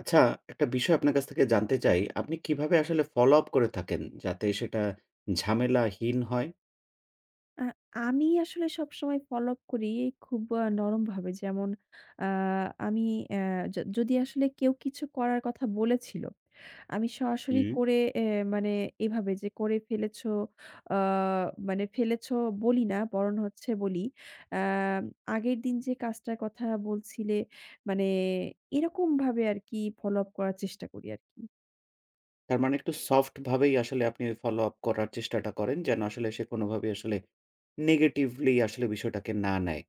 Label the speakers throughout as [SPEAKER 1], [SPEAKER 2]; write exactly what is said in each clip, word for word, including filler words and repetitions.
[SPEAKER 1] আচ্ছা, একটা বিষয় আপনার কাছ থেকে জানতে চাই। আপনি কিভাবে আসলে ফলো আপ করে থাকেন যাতে সেটা ঝামেলাহীন হয়?
[SPEAKER 2] আ আমি আসলে সবসময় ফলো আপ করি খুব আ নরমভাবে। যেমন, আ আমি অ্যা য যদি আসলে কেউ কিছু করার কথা বলেছিল, আমি সরাসরি
[SPEAKER 1] হুম।
[SPEAKER 2] করে অ্যা মানে এভাবে যে করে ফেলেছো আ মানে ফেলেছো বলি না, বরং হচ্ছে বলি, আ "আগের দিন যে কাজটার কথা বলছিলে।" মানে এরকমভাবে আরকি ফলো আপ করার চেষ্টা করি আরকি।
[SPEAKER 1] তার মানে একটু সফট ভাবেই আসলে আপনি ফলো আপ করার চেষ্টাটা করেন যেন আসলে সে কোনোভাবেই আসলে নেগেটিভলি আসলে বিষয়টাকে না নেয়।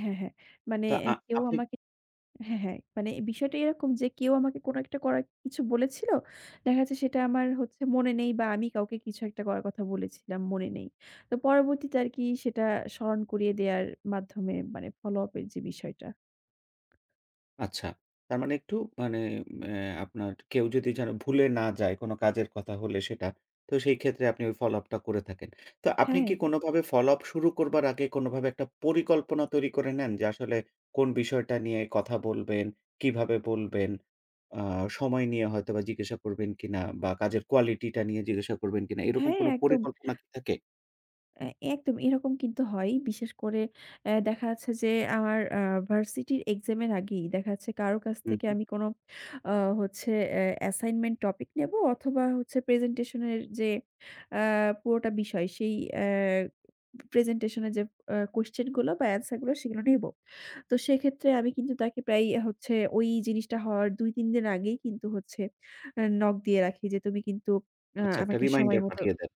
[SPEAKER 2] হ্যাঁ, হ্যাঁ। মানে
[SPEAKER 1] তো
[SPEAKER 2] অ্যা
[SPEAKER 1] আ
[SPEAKER 2] কেউ
[SPEAKER 1] আপনি
[SPEAKER 2] আমাকে হ্যাঁ, হ্যাঁ। মানে এই বিষয়টা এরকম যে কেউ আমাকে কোনো একটা করার কিছু বলেছিল। দেখা যাচ্ছে সেটা আমার হচ্ছে মনে নেই, বা আমি কাউকে কিছু একটা করার কথা বলেছিলাম, মনে নেই। তো পরবর্তীতে আরকি সেটা স্মরণ করিয়ে দেয়ার মাধ্যমে মানে ফলো আপ এর যে বিষয়টা।
[SPEAKER 1] আচ্ছা। তার মানে একটু মানে অ্যা আপনার কেউ যদি যেন ভুলে না যায় কোন কাজের কথা হলে সেটা, তো সেই ক্ষেত্রে আপনি ওই ফলো আপ টা করে থাকেন। তো আপনি
[SPEAKER 2] হ্যাঁ,
[SPEAKER 1] কি
[SPEAKER 2] একদম।
[SPEAKER 1] কোনভাবে ফলো আপ শুরু করবার আগে কোনভাবে একটা পরিকল্পনা তৈরি করে নেন যে আসলে কোন বিষয়টা নিয়ে কথা বলবেন, কিভাবে বলবেন, আ সময় নিয়ে হয়তোবা জিজ্ঞাসা করবেন কিনা বা কাজের কোয়ালিটি টা নিয়ে জিজ্ঞাসা করবেন কিনা এরকম
[SPEAKER 2] হ্যাঁ,
[SPEAKER 1] কোন
[SPEAKER 2] একদম।
[SPEAKER 1] পরিকল্পনা কি থাকে?
[SPEAKER 2] অ্যা একদম এরকম কিন্তু হয়। বিশেষ করে অ্যা দেখা যাচ্ছে যে আমার আ ভার্সিটির এক্সাম এর আগেই দেখা যাচ্ছে কারো কাছ
[SPEAKER 1] হুম,
[SPEAKER 2] থেকে
[SPEAKER 1] হুম।
[SPEAKER 2] আমি কোনো আ হচ্ছে অ্যা অ্যাসাইনমেন্ট টপিক নেব অথবা হচ্ছে প্রেজেন্টেশন এর যে আ পুরোটা বিষয় সেই অ্যা প্রেজেন্টেশন এর যে আ কোয়েশ্চেন গুলো বা অ্যান্সার গুলো সেগুলো নেব। তো সেক্ষেত্রে আমি কিন্তু তাকে প্রায়ই হচ্ছে ওই জিনিসটা হওয়ার দুই তিন দিন আগেই কিন্তু হচ্ছে আ নক দিয়ে রাখি যে তুমি কিন্তু আ
[SPEAKER 1] আচ্ছা একটা
[SPEAKER 2] আমাকে সময়
[SPEAKER 1] রিমাইন্ডার
[SPEAKER 2] মতো
[SPEAKER 1] পাঠিয়ে দেন।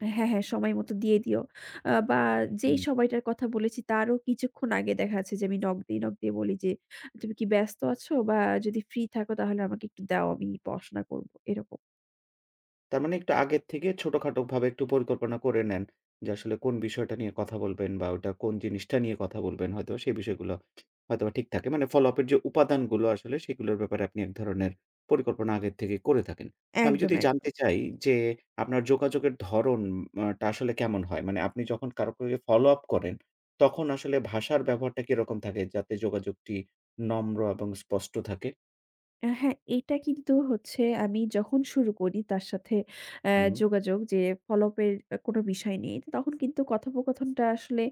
[SPEAKER 2] হ্যাঁ, হ্যাঁ, হ্যাঁ, সময় মতো দিয়ে দিও। আ বা যেই
[SPEAKER 1] হুম।
[SPEAKER 2] সময়টার কথা বলেছি তারও কিছুক্ষণ আগে দেখা যাচ্ছে যে আমি নক দিয়ে, নক দিয়ে বলি যে, "তুমি কি ব্যস্ত আছো? বা যদি ফ্রি থাকো তাহলে আমাকে একটু দাও, আমি পড়াশোনা করব।" এরকম।
[SPEAKER 1] তার মানে একটু আগের থেকে ছোটখাটোভাবে একটু পরিকল্পনা করে নেন। যে আসলে কোন বিষয়টা নিয়ে কথা বলবেন বা ওটা কোন জিনিসটা নিয়ে কথা বলবেন হয়তোবা সেই বিষয়গুলো হয়তোবা ঠিক থাকে। মানে ফলো-আপ এর যে উপাদানগুলো আসলে সেগুলোর ব্যাপারে আপনি এক ধরনের পরিকল্পনা আগের থেকেই করে থাকেন। তো আমি
[SPEAKER 2] একদম,
[SPEAKER 1] যদি
[SPEAKER 2] এক
[SPEAKER 1] জানতে চাই যে আপনার যোগাযোগের ধরন আ টা আসলে কেমন হয়? মানে আপনি যখন কারো কাউকে ফলো-আপ করেন তখন আসলে ভাষার ব্যবহারটা কিরকম থাকে যাতে যোগাযোগটি নম্র এবং স্পষ্ট থাকে?
[SPEAKER 2] আ হ্যাঁ, এটা কিন্তু হচ্ছে আমি যখন শুরু করি তার সাথে অ্যা
[SPEAKER 1] হুম,
[SPEAKER 2] যোগাযোগ, যে follow-up এর কোনো বিষয় নেই। তো তখন কিন্তু কথোপকথনটা আসলে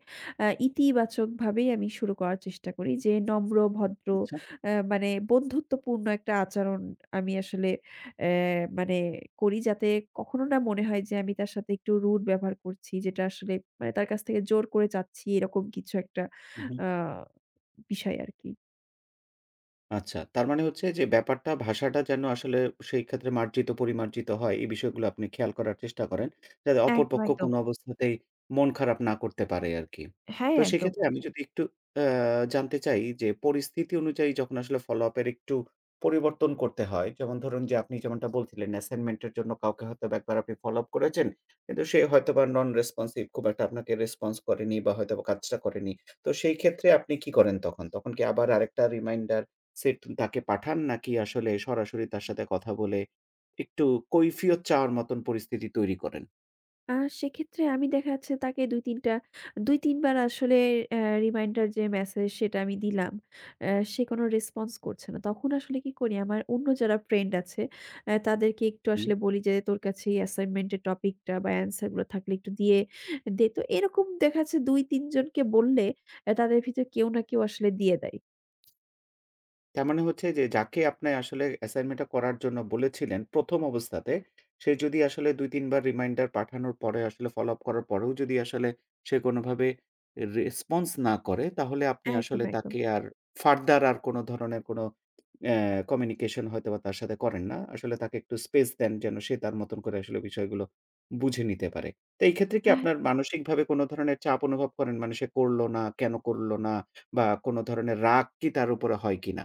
[SPEAKER 2] আ ইতিবাচকভাবেই আমি শুরু করার চেষ্টা করি। যে নম্র, ভদ্র,
[SPEAKER 1] আচ্ছা।
[SPEAKER 2] অ্যা মানে বন্ধুত্বপূর্ণ একটা আচরণ আমি আসলে অ্যা মানে করি, যাতে কখনো না মনে হয় যে আমি তার সাথে একটু rude ব্যবহার করছি। যেটা আসলে মানে তার কাছ থেকে জোর করে চাচ্ছি এরকম কিছু একটা
[SPEAKER 1] হু, হু।
[SPEAKER 2] আ বিষয় আরকি।
[SPEAKER 1] আচ্ছা। তার মানে হচ্ছে যে ব্যাপারটা ভাষাটা যেন আসলে সেই ক্ষেত্রে মার্জিত পরিমার্জিত হয়, এই বিষয়গুলো আপনি খেয়াল করার চেষ্টা করেন। যাতে
[SPEAKER 2] একদম,
[SPEAKER 1] অপরপক্ষ
[SPEAKER 2] একদম।
[SPEAKER 1] কোনো অবস্থাতেই মন খারাপ না করতে পারে আরকি।
[SPEAKER 2] হ্যাঁ,
[SPEAKER 1] তো
[SPEAKER 2] একদম।
[SPEAKER 1] সেক্ষেত্রে আমি জি। যদি একটু আ জানতে চাই যে পরিস্থিতি অনুযায়ী যখন আসলে follow up এর একটু পরিবর্তন করতে হয়, যেমন ধরুন যে আপনি যেমনটা বলছিলেন অ্যাসাইনমেন্ট এর জন্য কাউকে হয়তোবা একবার আপনি follow up করেছেন। কিন্তু সে হয়তোবা নন রেসপন্সিভ খুব একটা আপনাকে রেসপন্স করেনি বা হয়তোবা কাজটা করেনি। তো সেই ক্ষেত্রে আপনি কি করেন তখন? তখন কি আবার আরেকটা রিমাইন্ডার সেট তাকে পাঠান নাকি আসলে সরাসরি তার সাথে কথা বলে একটু কৈফিয়ত চাওয়ার মতন পরিস্থিতি তৈরি করেন?
[SPEAKER 2] আ সেক্ষেত্রে আমি দেখা যাচ্ছে তাকে দুই তিন টা দুই তিন বার আসলে অ্যা রিমাইন্ডার যে মেসেজ সেটা আমি দিলাম। অ্যা সে কোনো রেসপন্স করছে না। তখন আসলে কি করি, আমার অন্য যারা ফ্রেন্ড আছে অ্যা তাদেরকে একটু আসলে বলি যে, "তোর কাছে এই অ্যাসাইনমেন্টের টপিকটা বা অ্যান্সার গুলো থাকলে একটু দিয়ে দে।" তো এরকম দেখা যাচ্ছে দুই তিন জনকে বললে অ্যা তাদের ভিতরে কেউ না কেউ আসলে দিয়ে দেয়।
[SPEAKER 1] তার মানে হচ্ছে যে যাকে আপনি আসলে অ্যাসাইনমেন্টটা করার জন্য বলেছিলেন ১ম অবস্থাতে, সে যদি আসলে দুই তিন বার রিমাইন্ডার পাঠানোর পরে আসলে ফলো-আপ করার পরেও যদি আসলে সে কোনোভাবে রেসপন্স না করে, তাহলে আপনি
[SPEAKER 2] একদম,
[SPEAKER 1] আসলে
[SPEAKER 2] একদম।
[SPEAKER 1] তাকে আর ফার্দার আর কোনো ধরনের কোনো অ্যা কমিউনিকেশন হয়তোবা তার সাথে করেন না। আসলে তাকে একটু স্পেস দেন যেন সে তার মতন করে আসলে বিষয়গুলো বুঝে নিতে পারে। তো এই ক্ষেত্রে কি
[SPEAKER 2] আহ
[SPEAKER 1] আপনার মানসিকভাবে কোনো ধরনের চাপ অনুভব করেন? মানে সে করল না, কেন করল না বা কোনো ধরনের রাগ কি তার উপরে হয় কিনা?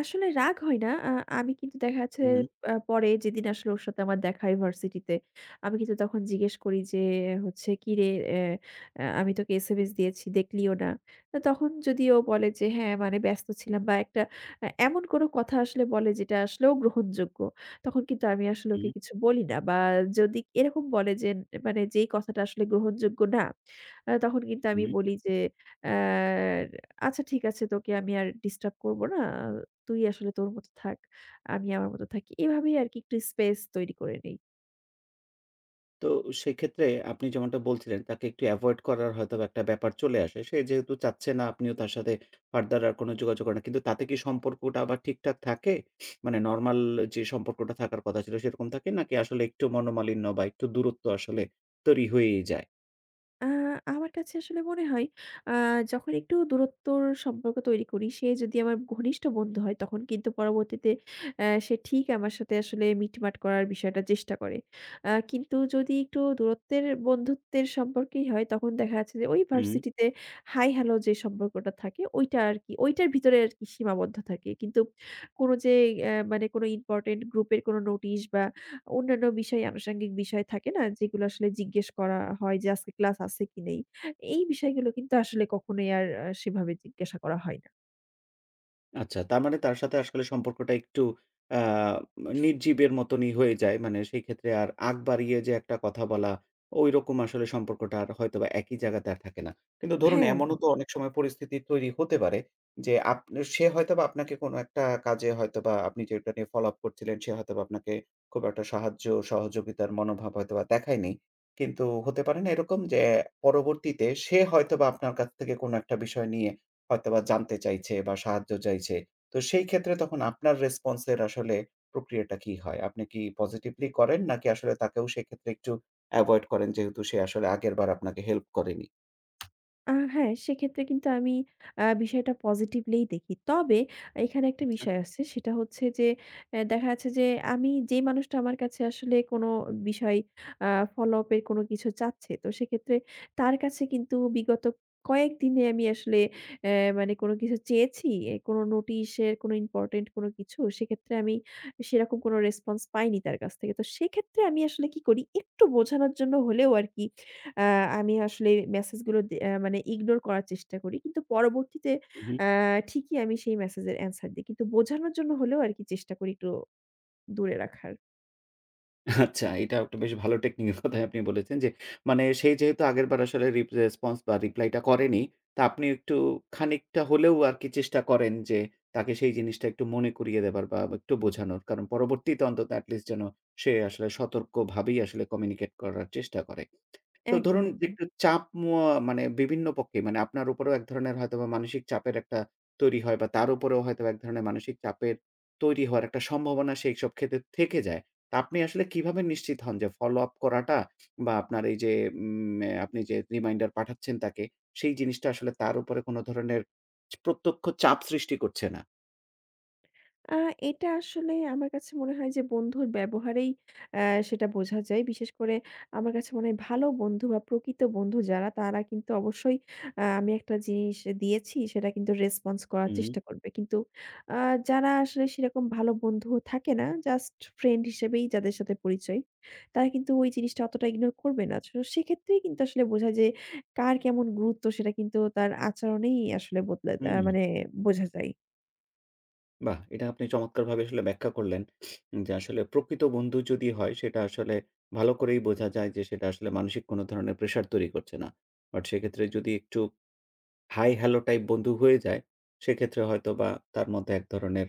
[SPEAKER 2] আসলে রাগ হয় না। আ আমি কিন্তু দেখা যাচ্ছে
[SPEAKER 1] হুম,
[SPEAKER 2] আ পরে যেদিন আসলে ওর সাথে আমার দেখা ইউনিভার্সিটিতে, আমি কিন্তু তখন জিজ্ঞেস করি যে হচ্ছে, "কিরে, অ্যা আমি তোকে এসএমএস দিয়েছি, দেখলিও না।" তো তখন যদি ও বলে যে, "হ্যাঁ, মানে ব্যস্ত ছিলাম," বা একটা আ এমন কোনো কথা আসলে বলে যেটা আসলেও গ্রহণযোগ্য, তখন কিন্তু আমি আসলে ওকে
[SPEAKER 1] হুম,
[SPEAKER 2] কিছু বলি না। বা যদি এরকম বলে যে মানে যেই কথাটা আসলে গ্রহণযোগ্য না, আ তখন কিন্তু আমি
[SPEAKER 1] হুম।
[SPEAKER 2] বলি যে, "অ্যা আচ্ছা, ঠিক আছে, তোকে আমি আর ডিস্টার্ব করব না। তুই আসলে তোর মতো থাক। আমি আমার মতো থাকি।" এভাবেই আরকি একটু স্পেস তৈরি করে নেই।
[SPEAKER 1] তো সেক্ষেত্রে আপনি যেমনটা বলছিলেন তাকে একটু এভয়েড করার হয়তোবা একটা ব্যাপার চলে আসে। সে যেহেতু চাচ্ছে না আপনিও তার সাথে ফার্দার আর কোনো যোগাযোগ করেন না। কিন্তু তাতে কি সম্পর্কটা আবার ঠিকঠাক থাকে? মানে নরমাল যে সম্পর্কটা থাকার কথা ছিল সেরকম থাকে? নাকি আসলে একটু মনোমালিন্য বা একটু দূরত্ব আসলে তৈরি হয়েই যায়?
[SPEAKER 2] আ আমার কাছে আসলে মনে হয় আ যখন একটু দূরত্বর সম্পর্ক তৈরি করি, সে যদি আমার ঘনিষ্ঠ বন্ধু হয় তখন কিন্তু পরবর্তীতে অ্যা সে ঠিক আমার সাথে আসলে মিটমাট করার বিষয়টা চেষ্টা করে। আ কিন্তু যদি একটু দূরত্বের বন্ধুত্বের সম্পর্কেই হয় তখন দেখা যাচ্ছে যে ওই
[SPEAKER 1] হুম।
[SPEAKER 2] ভার্সিটিতে হাই হ্যালো যে সম্পর্কটা থাকে, ওইটা আরকি ওইটার ভিতরে আরকি সীমাবদ্ধ থাকে। কিন্তু কোনো যে অ্যা মানে কোনো ইম্পোর্টেন্ট গ্রুপের কোনো নোটিশ বা অন্যান্য বিষয় আনুষঙ্গিক বিষয় থাকে না? যেগুলো আসলে জিজ্ঞেস করা হয় যে আজকে ক্লাস আছে কি নেই? এই বিষয়গুলো কিন্তু আসলে কখনোই আর আ সেভাবে জিজ্ঞাসা করা হয় না।
[SPEAKER 1] আচ্ছা, তার মানে তার সাথে আসলে সম্পর্কটা একটু আ নির্জীবের মতনই হয়ে যায়। মানে সেই ক্ষেত্রে আর আগ বাড়িয়ে যে একটা কথা বলা, ঐরকম আসলে সম্পর্কটা আর হয়তোবা একই জায়গাতে আর থাকে না। কিন্তু ধরুন
[SPEAKER 2] হ্যাঁ,
[SPEAKER 1] এমনও
[SPEAKER 2] একদম।
[SPEAKER 1] তো অনেক সময় পরিস্থিতি তৈরি হতে পারে যে, আপনি সে হয়তোবা আপনাকে কোনো একটা কাজে হয়তোবা আপনি যেটা নিয়ে follow-up করছিলেন, সে হয়তোবা আপনাকে খুব একটা সাহায্য, সহযোগিতার মনোভাব হয়তোবা দেখায়নি। কিন্তু হতে পারে না এরকম যে, পরবর্তীতে সে হয়তোবা আপনার কাছ থেকে কোনো একটা বিষয় নিয়ে হয়তোবা জানতে চাইছে বা সাহায্য চাইছে। তো সেই ক্ষেত্রে তখন আপনার রেসপন্স এর আসলে প্রক্রিয়াটা কি হয়? আপনি কি পজিটিভলি করেন নাকি আসলে তাকেও সেক্ষেত্রে একটু এভয়েড করেন যেহেতু সে আসলে আগের বার আপনাকে হেল্প করেনি?
[SPEAKER 2] আ হ্যাঁ, সেক্ষেত্রে কিন্তু আমি আ বিষয়টা পজিটিভলিই দেখি। তবে এখানে একটা
[SPEAKER 1] আচ্ছা।
[SPEAKER 2] বিষয় আছে, সেটা হচ্ছে যে, এ দেখা যাচ্ছে যে আমি যে মানুষটা আমার কাছে আসলে কোনো বিষয় আ ফলো আপ এর কোনো কিছু চাচ্ছে, তো সেক্ষেত্রে তার কাছে কিন্তু বিগত কয়েকদিনে আমি আসলে এ মানে কোনো কিছু চেয়েছি, এ কোনো নোটিশের কোনো ইম্পোর্টেন্ট কোনো কিছু, সেক্ষেত্রে আমি সেরকম কোনো রেসপন্স পাইনি তার কাছ থেকে। তো সেক্ষেত্রে আমি আসলে কি করি, একটু বোঝানোর জন্য হলেও আরকি আ আমি আসলে মেসেজগুলো দে আ মানে ইগনোর করার চেষ্টা করি। কিন্তু পরবর্তীতে
[SPEAKER 1] হু, হু।
[SPEAKER 2] আ ঠিকই আমি সেই মেসেজের অ্যান্সার দেই। কিন্তু বোঝানোর জন্য হলেও আরকি চেষ্টা করি একটু দূরে রাখার।
[SPEAKER 1] আচ্ছা, এটা একটা বেশ ভালো টেকনিকের কথাই আপনি বলেছেন যে, মানে সেই যেহেতু আগেরবার আসলে রিপ রেসপন্স বা রিপ্লাইটা করেনি, তা আপনি একটু খানিকটা হলেও আরকি চেষ্টা করেন যে, তাকে সেই জিনিসটা একটু মনে করিয়ে দেবার বা একটু বোঝানোর। কারণ পরবর্তীতে অন্তত এটলিস্ট যেন সে আসলে সতর্কভাবেই আসলে কমিউনিকেট করার চেষ্টা করে। তো
[SPEAKER 2] একদম,
[SPEAKER 1] ধরুন যে
[SPEAKER 2] একদম।
[SPEAKER 1] একটু চাপ মো মানে বিভিন্ন পক্ষে মানে আপনার উপরেও এক ধরনের হয়তোবা মানসিক চাপের একটা তৈরি হয় বা তার উপরেও হয়তোবা এক ধরনের মানসিক চাপের তৈরি হওয়ার একটা সম্ভাবনা সেইসব ক্ষেত্রে থেকে যায়। তো আপনি আসলে কিভাবে নিশ্চিত হন যে ফলো আপ করাটা বা আপনার এই যে উম এ আপনি যে রিমাইন্ডার পাঠাচ্ছেন তাকে, সেই জিনিসটা আসলে তার উপরে কোন ধরনের প্রত্যক্ষ চাপ সৃষ্টি করছে না?
[SPEAKER 2] আ এটা আসলে আমার কাছে মনে হয় যে বন্ধুর ব্যবহারেই অ্যা সেটা বোঝা যায়। বিশেষ করে আমার কাছে মনে হয় ভালো বন্ধু বা প্রকৃত বন্ধু যারা তারা কিন্তু অবশ্যই আ আমি একটা জিনিস দিয়েছি সেটা কিন্তু রেসপন্স করার
[SPEAKER 1] হুম,
[SPEAKER 2] চেষ্টা করবে। কিন্তু আ যারা আসলে সেরকম ভালো বন্ধুও থাকে না, জাস্ট ফ্রেন্ড হিসেবেই যাদের সাথে পরিচয়, তারা কিন্তু ওই জিনিসটা অতটা ইগনোর করবে না। তো সেক্ষেত্রেই কিন্তু আসলে বোঝা যে কার কেমন গুরুত্ব সেটা কিন্তু তার আচরণেই আসলে বদলে আ
[SPEAKER 1] হুম।
[SPEAKER 2] মানে বোঝা যায়।
[SPEAKER 1] বাহ! এটা আপনি চমৎকারভাবে আসলে ব্যাখ্যা করলেন যে আসলে প্রকৃত বন্ধু যদি হয় সেটা আসলে ভালো করেই বোঝা যায় যে সেটা আসলে মানসিক কোনো ধরনের প্রেশার তৈরি করছে না। বাট সেক্ষেত্রে যদি একটু হাই হ্যালো টাইপ বন্ধু হয়ে যায়, সেক্ষেত্রে হয়তোবা তার মধ্যে এক ধরনের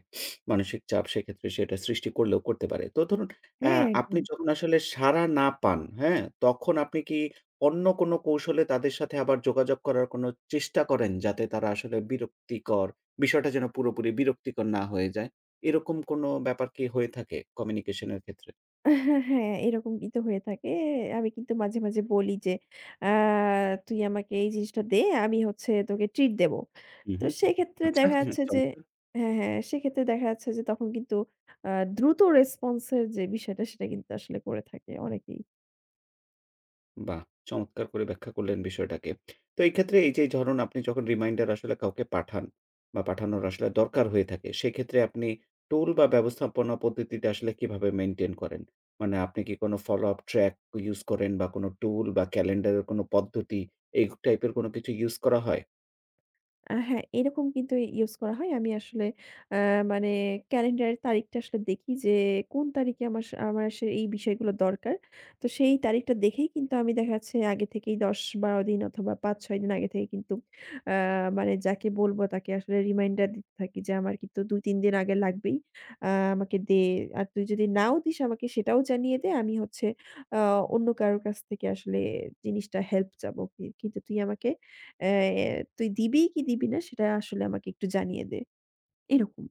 [SPEAKER 1] মানসিক চাপ সেক্ষেত্রে সেটা সৃষ্টি করলেও করতে পারে। তো ধরুন অ্যা
[SPEAKER 2] হ্যাঁ,
[SPEAKER 1] আপনি
[SPEAKER 2] একদম।
[SPEAKER 1] যখন আসলে সাড়া না পান, হ্যাঁ? তখন আপনি কি অন্য কোনো কৌশলে তাদের সাথে আবার যোগাযোগ করার কোনো চেষ্টা করেন যাতে তারা আসলে বিরক্তিকর বিষয়টা যেন পুরোপুরি বিরক্তিকর না হয়ে যায়? এরকম কোনো ব্যাপার কি হয়ে থাকে কমিউনিকেশন এর ক্ষেত্রে?
[SPEAKER 2] হ্যাঁ, এরকম কিন্তু হয়ে থাকে। আমি কিন্তু মাঝে, মাঝে বলি যে, "আ তুই আমাকে এই জিনিসটা দে, আমি হচ্ছে তোকে ট্রিট দেব।"
[SPEAKER 1] হু,
[SPEAKER 2] তো
[SPEAKER 1] হু।
[SPEAKER 2] সেক্ষেত্রে
[SPEAKER 1] আচ্ছা,
[SPEAKER 2] দেখা যাচ্ছে যে
[SPEAKER 1] চমৎকার!
[SPEAKER 2] হ্যাঁ, হ্যাঁ, সেক্ষেত্রে দেখা যাচ্ছে যে তখন কিন্তু আ দ্রুত রেসপন্স এর যে বিষয়টা সেটা কিন্তু আসলে করে থাকে অনেকেই।
[SPEAKER 1] বাহ! চমৎকার করে ব্যাখ্যা করলেন বিষয়টাকে। তো এই ক্ষেত্রে এই যে ধরুন আপনি যখন রিমাইন্ডার আসলে কাউকে পাঠান বা পাঠানোর আসলে দরকার হয়ে থাকে, সেক্ষেত্রে আপনি টুল বা ব্যবস্থাপনা পদ্ধতিটা আসলে কিভাবে মেইনটেইন করেন? মানে আপনি কি কোনো ফলো আপ ট্র্যাক ইউজ করেন বা কোনো টুল বা ক্যালেন্ডারের কোনো পদ্ধতি এই টাইপের কোনো কিছু ইউজ করা হয়?
[SPEAKER 2] আ হ্যাঁ, এরকম কিন্তু ইউস করা হয়। আমি আসলে আ মানে ক্যালেন্ডারের তারিখটা আসলে দেখি যে কোন তারিখে আমার সা আমার আসে এই বিষয়গুলো দরকার। তো সেই তারিখটা দেখেই কিন্তু আমি দেখা যাচ্ছে আগে থেকেই দশ বারো দিন অথবা পাঁচ ছয় দিন আগে থেকে কিন্তু আ মানে যাকে বলব তাকে আসলে রিমাইন্ডার দিতে থাকি যে আমার কিন্তু দুই তিন দিন আগে লাগবেই। আ আমাকে দে। আর তুই যদি নাও দিস আমাকে সেটাও জানিয়ে দে। আমি হচ্ছে আ অন্য কারো কাছ থেকে আসলে জিনিসটা হেল্প চাবো। কি কিন্তু তুই আমাকে অ্যা "তুই দিবি কি দিবি না সেটা আসলে আমাকে একটু জানিয়ে দে।" এরকম।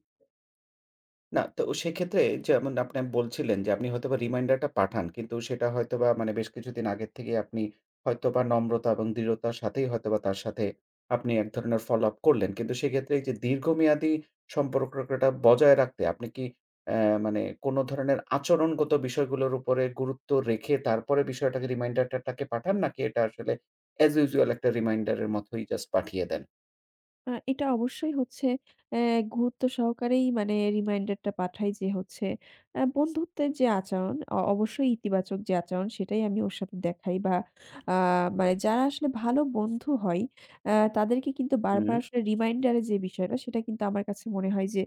[SPEAKER 1] না, তো সেক্ষেত্রে যেমন আপনি বলছিলেন যে আপনি হয়তোবা রিমাইন্ডারটা পাঠান। কিন্তু সেটা হয়তোবা মানে বেশ কিছুদিন আগের থেকেই আপনি হয়তোবা নম্রতা এবং দৃঢ়তার সাথেই হয়তোবা তার সাথে আপনি এক ধরনের ফলো আপ করলেন। কিন্তু সেক্ষেত্রে এই যে দীর্ঘমেয়াদী সম্পর্কটা বজায় রাখতে আপনি কি অ্যা মানে কোনো ধরনের আচরণগত বিষয়গুলোর উপরে গুরুত্ব রেখে তারপরে বিষয়টাকে রিমাইন্ডারটা টাকে পাঠান নাকি এটা আসলে এস ইউজুয়াল একটা রিমাইন্ডারের মতোই জাস্ট পাঠিয়ে দেন?
[SPEAKER 2] আ এটা অবশ্যই হচ্ছে অ্যা গুরুত্ব সহকারেই মানে রিমাইন্ডারটা পাঠাই যে হচ্ছে আ বন্ধুত্বের যে আচরণ, অ অবশ্যই ইতিবাচক যে আচরণ সেটাই আমি ওর সাথে দেখাই বা আ মানে যারা আসলে ভালো বন্ধু হয় আ তাদেরকে কিন্তু বারবার
[SPEAKER 1] হুম।
[SPEAKER 2] আসলে রিমাইন্ডার এর যে বিষয়টা সেটা কিন্তু আমার কাছে মনে হয় যে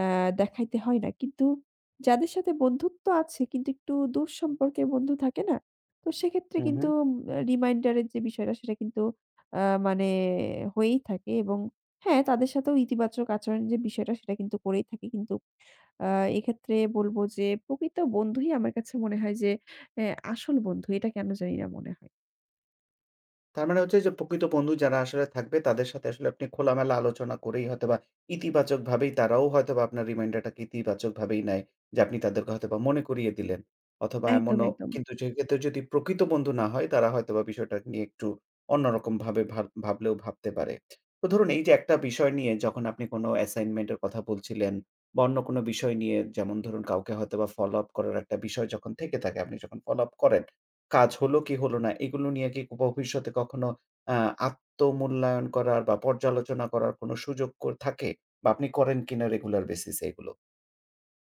[SPEAKER 2] আ দেখাইতে হয় না। কিন্তু যাদের সাথে বন্ধুত্ব আছে কিন্তু একটু দূর সম্পর্কের বন্ধু থাকে না? তো সেক্ষেত্রে
[SPEAKER 1] হু, হু।
[SPEAKER 2] কিন্তু রিমাইন্ডার এর যে বিষয়টা সেটা কিন্তু আ মানে হয়েই থাকে, এবং হ্যাঁ, তাদের সাথেও ইতিবাচক আচরণের যে বিষয়টা সেটা কিন্তু করেই থাকি। কিন্তু আ এক্ষেত্রে বলব যে প্রকৃত বন্ধুই আমার কাছে মনে হয় যে অ্যা আসল বন্ধু, এটা কেন জানি না মনে হয়।
[SPEAKER 1] তার মানে হচ্ছে যে প্রকৃত বন্ধু যারা আসলে থাকবে তাদের সাথে আসলে আপনি খোলামেলা আলোচনা করেই হয়তোবা ইতিবাচকভাবেই তারাও হয়তোবা আপনার রিমাইন্ডারটাকে ইতিবাচকভাবেই নেয় যে আপনি তাদেরকে হয়তোবা মনে করিয়ে দিলেন। অথবা
[SPEAKER 2] একদম,
[SPEAKER 1] এমনও
[SPEAKER 2] একদম।
[SPEAKER 1] কিন্তু সেক্ষেত্রে যদি প্রকৃত বন্ধু না হয় তারা হয়তোবা বিষয়টা নিয়ে একটু অন্যরকমভাবে ভাব ভাবলেও ভাবতে পারে। তো ধরুন এই যে একটা বিষয় নিয়ে যখন আপনি কোনো অ্যাসাইনমেন্ট এর কথা বলছিলেন বা অন্য কোনো বিষয় নিয়ে যেমন ধরুন কাউকে হয়তোবা ফলো আপ করার একটা বিষয় যখন থেকে থাকে আপনি যখন ফলো আপ করেন কাজ হলো কি হলো না, এগুলো নিয়ে কি ভবিষ্যতে কখনো আ আত্মমূল্যায়ন করার বা পর্যালোচনা করার কোনো সুযোগ ক থাকে? বা আপনি করেন কিনা রেগুলার বেসিস এ এগুলো?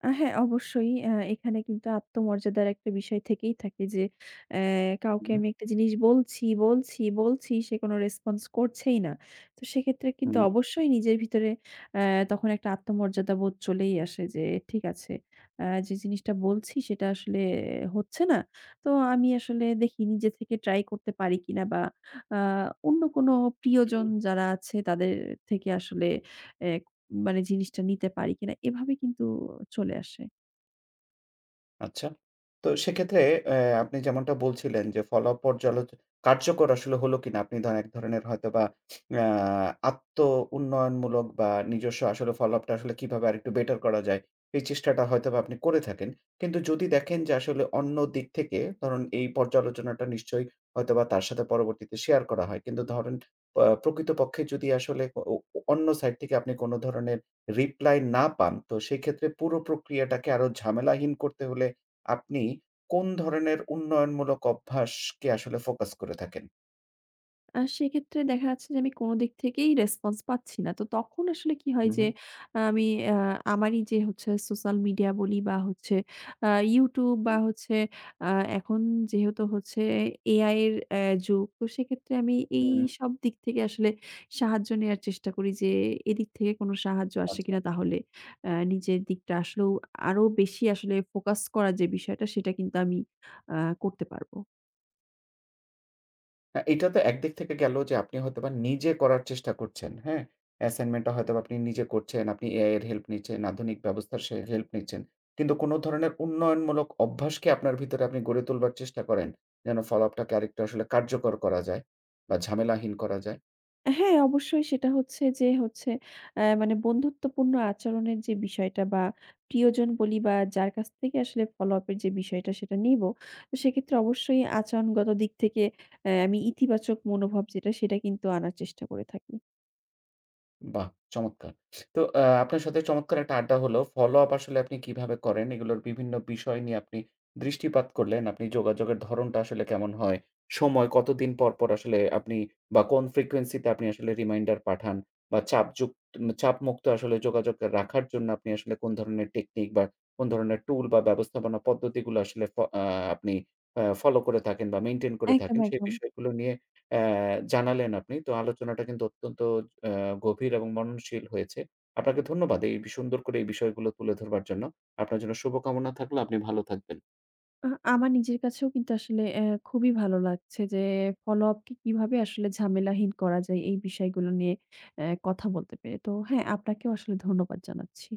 [SPEAKER 2] আ হ্যাঁ, অবশ্যই। আ এখানে কিন্তু আত্মমর্যাদার একটা বিষয় থেকেই থাকে যে, অ্যা কাউকে
[SPEAKER 1] হুম,
[SPEAKER 2] আমি একটা জিনিস বলছি, বলছি, বলছি, সে কোনো রেসপন্স করছেই না। তো সেক্ষেত্রে কিন্তু
[SPEAKER 1] হুম,
[SPEAKER 2] অবশ্যই নিজের ভিতরে অ্যা তখন একটা আত্মমর্যাদা বোধ চলেই আসে যে, ঠিক আছে, আ যে জিনিসটা বলছি সেটা আসলে হচ্ছে না। তো আমি আসলে দেখি নিজে থেকে ট্রাই করতে পারি কিনা, বা আ অন্য কোনো প্রিয়জন
[SPEAKER 1] হুম।
[SPEAKER 2] যারা আছে তাদের থেকে আসলে অ্যা মানে জিনিসটা নিতে পারি কিনা, এভাবে কিন্তু চলে আসে।
[SPEAKER 1] আচ্ছা। তো সেক্ষেত্রে অ্যা আপনি যেমনটা বলছিলেন যে, ফলাফল পর্যালো কার্যকর আসলে হলো কিনা? আপনি ধরেন এক ধরনের হয়তোবা অ্যা আত্ম উন্নয়নমূলক বা নিজস্ব আসলে ফলোআপটা আসলে কিভাবে আরেকটু বেটার করা যায়, এই চেষ্টাটা হয়তোবা আপনি করে থাকেন। কিন্তু যদি দেখেন যে, আসলে অন্য দিক থেকে ধরুন এই পর্যালোচনাটা নিশ্চয়ই হয়তোবা তার সাথে পরবর্তীতে শেয়ার করা হয়। কিন্তু ধরেন আ প্রকৃতপক্ষে যদি আসলে ও ও অন্য সাইড থেকে আপনি কোন ধরনের রিপ্লাই না পান, তো সেক্ষেত্রে পুরো প্রক্রিয়াটাকে আরো ঝামেলাহীন করতে হলে আপনি কোন ধরনের উন্নয়নমূলক অভ্যাসকে আসলে ফোকাস করে থাকেন?
[SPEAKER 2] আ সেক্ষেত্রে দেখা যাচ্ছে যে আমি কোনো দিক থেকেই রেসপন্স পাচ্ছি না। তো তখন আসলে কি হয়
[SPEAKER 1] হু,
[SPEAKER 2] যে
[SPEAKER 1] হু।
[SPEAKER 2] আমি আ আমারই যে হচ্ছে সোশ্যাল মিডিয়া বলি বা হচ্ছে আ YouTube বা হচ্ছে আ এখন যেহেতু হচ্ছে এ আই এর অ্যা যুগ। তো সেক্ষেত্রে আমি
[SPEAKER 1] হুম।
[SPEAKER 2] এইসব দিক থেকে আসলে সাহায্য নেয়ার চেষ্টা করি যে এদিক থেকে কোনো সাহায্য আসে
[SPEAKER 1] আচ্ছা।
[SPEAKER 2] কিনা, তাহলে আ নিজের দিকটা আসলেও আরো বেশি আসলে ফোকাস করা, যে বিষয়টা সেটা কিন্তু আমি আ করতে পারব।
[SPEAKER 1] হ্যাঁ, এটা তো একদিক থেকে গেল যে আপনি হয়তোবা নিজে করার চেষ্টা করছেন, হ্যাঁ? অ্যাসাইনমেন্টটা হয়তোবা আপনি নিজে করছেন, আপনি এআই এর হেল্প নিচ্ছেন, আধুনিক ব্যবস্থার সে হেল্প নিচ্ছেন। কিন্তু কোন ধরনের উন্নয়নমূলক অভ্যাসকে আপনার ভিতরে আপনি গড়ে তোলবার চেষ্টা করেন, যেন ফলাফটাকে আরেকটু আসলে কার্যকর করা যায় বা ঝামেলাহীন করা যায়।
[SPEAKER 2] হ্যাঁ, অবশ্যই সেটা হচ্ছে যে হচ্ছে অ্যা মানে বন্ধুত্বপূর্ণ আচরণের যে বিষয়টা বা প্রিয়জন বলি বা যার কাছ থেকে আসলে follow up এর যে বিষয়টা সেটা নিবো। তো সেক্ষেত্রে অবশ্যই আচরণগত দিক থেকে অ্যা আমি ইতিবাচক মনোভাব যেটা সেটা কিন্তু আনার চেষ্টা করে থাকি।
[SPEAKER 1] বাহ! চমৎকার। তো আ আপনার সাথে চমৎকার একটা আড্ডা হলো। ফলো আপ আসলে আপনি কিভাবে করেন? এগুলোর বিভিন্ন বিষয় নিয়ে আপনি দৃষ্টিপাত করলেন। আপনি যোগাযোগের ধরনটা আসলে কেমন হয়? সময় কতদিন পর, পর আসলে আপনি বা কোন ফ্রিকোয়েন্সি তে আপনি আসলে রিমাইন্ডার পাঠান? বা চাপযুক্ত চাপমুক্ত আসলে যোগাযোগ রাখার জন্য আপনি আসলে কোন ধরনের টেকনিক বা কোন ধরনের টুল বা ব্যবস্থাপনা পদ্ধতিগুলো আসলে ফ আ আপনি আ ফলো করে থাকেন বা মেইনটেইন করে
[SPEAKER 2] একদম,
[SPEAKER 1] থাকেন সেই
[SPEAKER 2] একদম।
[SPEAKER 1] বিষয়গুলো নিয়ে অ্যা জানালেন আপনি। তো আলোচনাটা কিন্তু অত্যন্ত অ্যা গভীর এবং মননশীল হয়েছে। আপনাকে ধন্যবাদ এই বি সুন্দর করে এই বিষয়গুলো তুলে ধরবার জন্য। আপনার জন্য শুভকামনা থাকলো। আপনি ভালো থাকবেন।
[SPEAKER 2] আ আমার নিজের কাছেও কিন্তু আসলে অ্যা খুবই ভালো লাগছে যে follow up কে কিভাবে আসলে ঝামেলাহীন করা যায় এই বিষয়গুলো নিয়ে অ্যা কথা বলতে পেরে। তো হ্যাঁ, আপনাকেও আসলে ধন্যবাদ জানাচ্ছি।